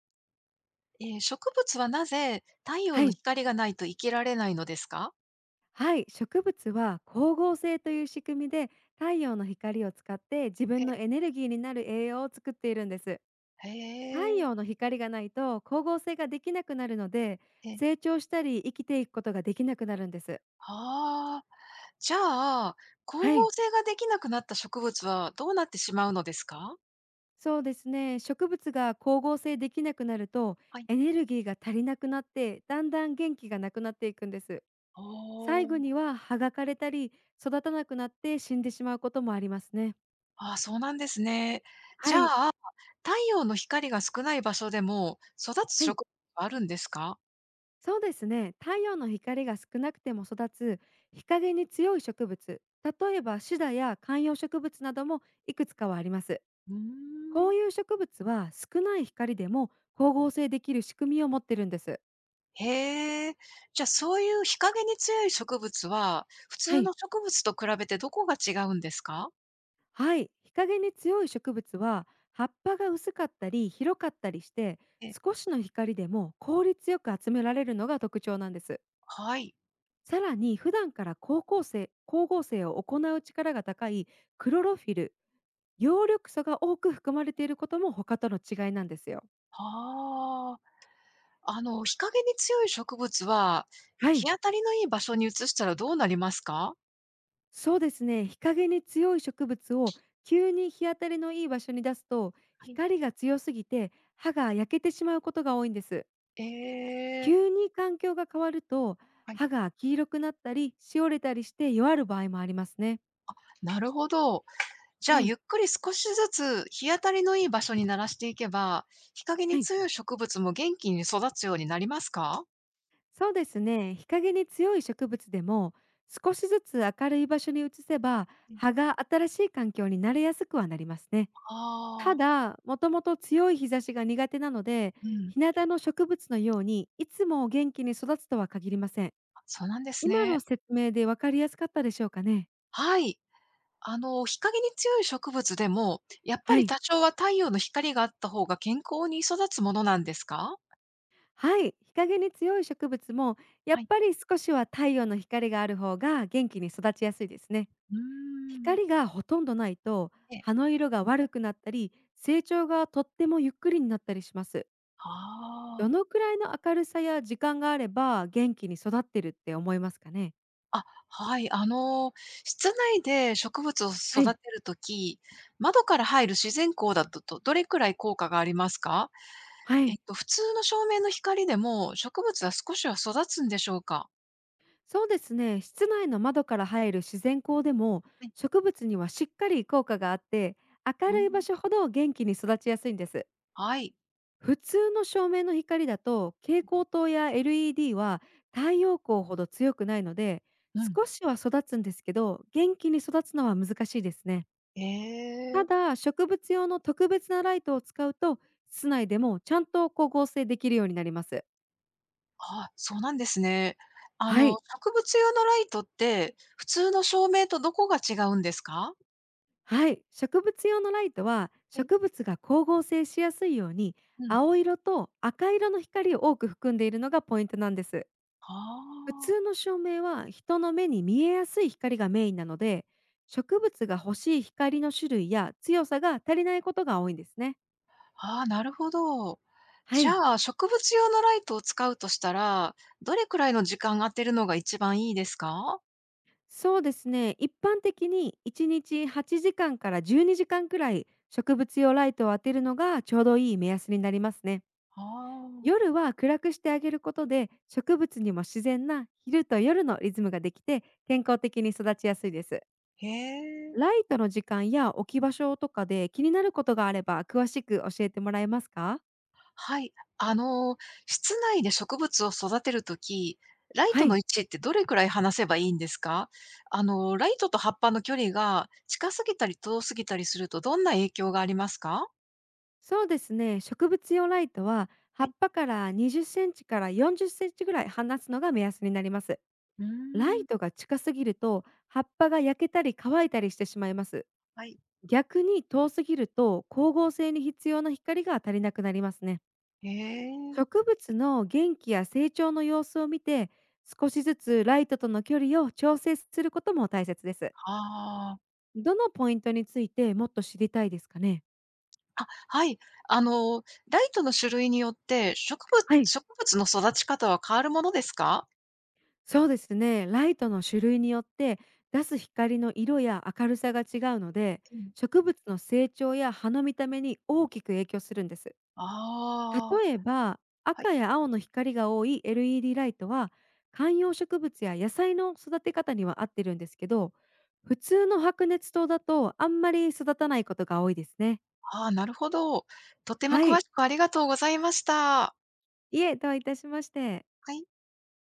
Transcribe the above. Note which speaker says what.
Speaker 1: 植物はなぜ太陽
Speaker 2: は
Speaker 1: の
Speaker 2: い、
Speaker 1: 光がないと生きられないのですか？
Speaker 2: はい、植物は光合成という仕組みで太陽の光を使って自分
Speaker 1: え。
Speaker 2: のエネルギーになる栄養を作っているんです。
Speaker 1: へ
Speaker 2: 太
Speaker 1: え。
Speaker 2: 陽の光がないと光合成ができなくなるので、
Speaker 1: え。
Speaker 2: 成長したり生きていくことができなくなるんです。
Speaker 1: ああ。じゃあ、光
Speaker 2: は
Speaker 1: 合
Speaker 2: い、
Speaker 1: 成ができなくなった植物はどうなってしまうのですか？
Speaker 2: そうですね。植物が光合成できなくなると、
Speaker 1: はい。
Speaker 2: エネルギーが足りなくなってだんだん元気がなくなっていくんです。
Speaker 1: お
Speaker 2: 最
Speaker 1: お。
Speaker 2: 後には葉が枯れたり育たなくなって死んでしまうこともありますね。
Speaker 1: ああ、そうなんですね。じ
Speaker 2: は
Speaker 1: ゃ
Speaker 2: い、
Speaker 1: あ、太陽の光が少ない場所でも育つ
Speaker 2: はい
Speaker 1: 植物はあるんですか？
Speaker 2: そうですね。太陽の光が少なくても育つ日陰に強い植物、例えばシダや観葉植物などもいくつかはあります。
Speaker 1: うー
Speaker 2: こ
Speaker 1: ん。
Speaker 2: ういう植物は少ない光でも光合成できる仕組みを持ってるんです。
Speaker 1: へえ。じゃあ、そういう日陰に強い植物は、普
Speaker 2: は
Speaker 1: 通
Speaker 2: い。
Speaker 1: の植物と比べてどこが違うんですか？
Speaker 2: はい、日陰に強い植物は葉っぱが薄かったり広かったりして、少しの光でも効率よく集められるのが特徴なんです。
Speaker 1: はい。
Speaker 2: さらに普段から光合成を行う力が高いクロロフィル、葉緑素が多く含まれていることも他との違いなんですよ。
Speaker 1: はあ。あの、日陰に強い植物は、
Speaker 2: は
Speaker 1: 日
Speaker 2: い。
Speaker 1: 当たりのいい場所に移したらどうなりますか？
Speaker 2: そうですね、日陰に強い植物を急に日当たりのいい場所に出すと、
Speaker 1: はい。
Speaker 2: 光が強すぎて歯が焼けてしまうことが多いんです。
Speaker 1: ええ。
Speaker 2: 急に環境が変わると
Speaker 1: はい。
Speaker 2: 歯が黄色くなったりしおれたりして弱る場合もありますね。
Speaker 1: なるほど。じゃ
Speaker 2: は
Speaker 1: あ、
Speaker 2: い。
Speaker 1: ゆっくり少しずつ日当たりのいい場所に慣らしていけば、日陰
Speaker 2: は
Speaker 1: に
Speaker 2: い。
Speaker 1: 強い植物も元気に育つようになりますか？
Speaker 2: そうですね、日陰に強い植物でも少しずつ明るい場所に移せば、
Speaker 1: うん。
Speaker 2: 葉が新しい環境に慣れやすくはなりますね。た
Speaker 1: ああ。
Speaker 2: だ、もともと強い日差しが苦手なので、
Speaker 1: うん。
Speaker 2: 日向の植物のようにいつも元気に育つとは限りません。
Speaker 1: そうなんです
Speaker 2: 今の
Speaker 1: ね。
Speaker 2: 説明でわかりやすかったでしょうかね。
Speaker 1: はい。あの、日陰に強い植物でも、やっぱ
Speaker 2: は
Speaker 1: り
Speaker 2: い。
Speaker 1: 多少は太陽の光があった方が健康に育つものなんですか？
Speaker 2: はい。日陰に強い植物も、や
Speaker 1: は
Speaker 2: っ
Speaker 1: い。
Speaker 2: ぱり少しは太陽の光がある方が元気に育ちやすいですね。
Speaker 1: うーん。
Speaker 2: 光がほとんどないと、
Speaker 1: え
Speaker 2: 葉の色が悪くなったり、成長がとってもゆっくりになったりします。
Speaker 1: あ
Speaker 2: ど
Speaker 1: あ。
Speaker 2: のくらいの明るさや時間があれば元気に育ってるって思いますかね。
Speaker 1: あ、はい。あの、室内で植物を
Speaker 2: は
Speaker 1: 育
Speaker 2: い。
Speaker 1: てるとき、窓から入る自然光だと、どれくらい効果がありますか？
Speaker 2: はい。
Speaker 1: 普通の照明の光でも植物は少しは育つんでしょうか？
Speaker 2: そうですね、室内の窓から入る自然光でも
Speaker 1: はい。
Speaker 2: 植物にはしっかり効果があって、明
Speaker 1: う
Speaker 2: るい場
Speaker 1: ん。
Speaker 2: 所ほど元気に育ちやすいんです。
Speaker 1: はい。
Speaker 2: 普通の照明の光だと蛍光灯や LED は太陽光ほど強くないので、
Speaker 1: うん。
Speaker 2: 少しは育つんですけど元気に育つのは難しいですね。
Speaker 1: え
Speaker 2: た
Speaker 1: え。
Speaker 2: だ植物用の特別なライトを使うと、室内でもちゃんと光合成できるようになります。
Speaker 1: あ、そうなんですね。あ
Speaker 2: は
Speaker 1: の、
Speaker 2: い、
Speaker 1: 植物用のライトって、普通の照明とどこが違うんですか？
Speaker 2: はい、植物用のライトは
Speaker 1: はい。
Speaker 2: 植物が光合成しやすいように、
Speaker 1: うん。
Speaker 2: 青色と赤色の光を多く含んでいるのがポイントなんです。
Speaker 1: あ
Speaker 2: 普通
Speaker 1: あ。
Speaker 2: の照明は人の目に見えやすい光がメインなので、植物が欲しい光の種類や強さが足りないことが多いんですね。
Speaker 1: ああ、なるほど。
Speaker 2: は
Speaker 1: じ
Speaker 2: い、
Speaker 1: ゃあ、植物用のライトを使うとしたら、どれくらいの時間当てるのが一番いいですか？
Speaker 2: そうですね、一般的に1日8時間かんから12時間くらい植物用ライトを当てるのがちょうどいい目安になりますね。
Speaker 1: ああ。
Speaker 2: 夜は暗くしてあげることで、植物にも自然な昼と夜のリズムができて、健康的に育ちやすいです。
Speaker 1: へえ。
Speaker 2: ライトの時間や置き場所とかで気になることがあれば詳しく教えてもらえますか。
Speaker 1: はい。あの、室内で植物を育てるとき、ライ
Speaker 2: は
Speaker 1: トの
Speaker 2: い、
Speaker 1: 位置ってどれくらい離せばいいんですか？あの、ライトと葉っぱの距離が近すぎたり遠すぎたりするとどんな影響がありますか？
Speaker 2: そうですね。植物用ライトは
Speaker 1: は
Speaker 2: 葉っ
Speaker 1: い。
Speaker 2: ぱから20センチから40センチぐらい離すのが目安になります。
Speaker 1: うー
Speaker 2: ライ
Speaker 1: ん。
Speaker 2: トが近すぎると葉っぱが焼けたり乾いたりしてしまいます。
Speaker 1: はい。
Speaker 2: 逆に遠すぎると光合成に必要な光が足りなくなりますね。
Speaker 1: へえ。
Speaker 2: 植物の元気や成長の様子を見て、少しずつライトとの距離を調整することも大切です。
Speaker 1: ああ。
Speaker 2: どのポイントについてもっと知りたいですかね。
Speaker 1: あ、はい。あの、ライトの種類によって植物
Speaker 2: はい。
Speaker 1: 植物の育ち方は変わるものですか？
Speaker 2: そうですね、ライトの種類によって出す光の色や明るさが違うので、
Speaker 1: うん。
Speaker 2: 植物の成長や葉の見た目に大きく影響するんです。
Speaker 1: ああ、
Speaker 2: 例えば、
Speaker 1: はい。
Speaker 2: 赤や青の光が多い LED ライトは、観葉植物や野菜の育て方には合ってるんですけど、普通の白熱灯だとあんまり育たないことが多いですね。
Speaker 1: ああ、なるほど。とても
Speaker 2: は
Speaker 1: 詳
Speaker 2: い。
Speaker 1: しくありがとうございました。
Speaker 2: いえ、どういたしまして。
Speaker 1: はい。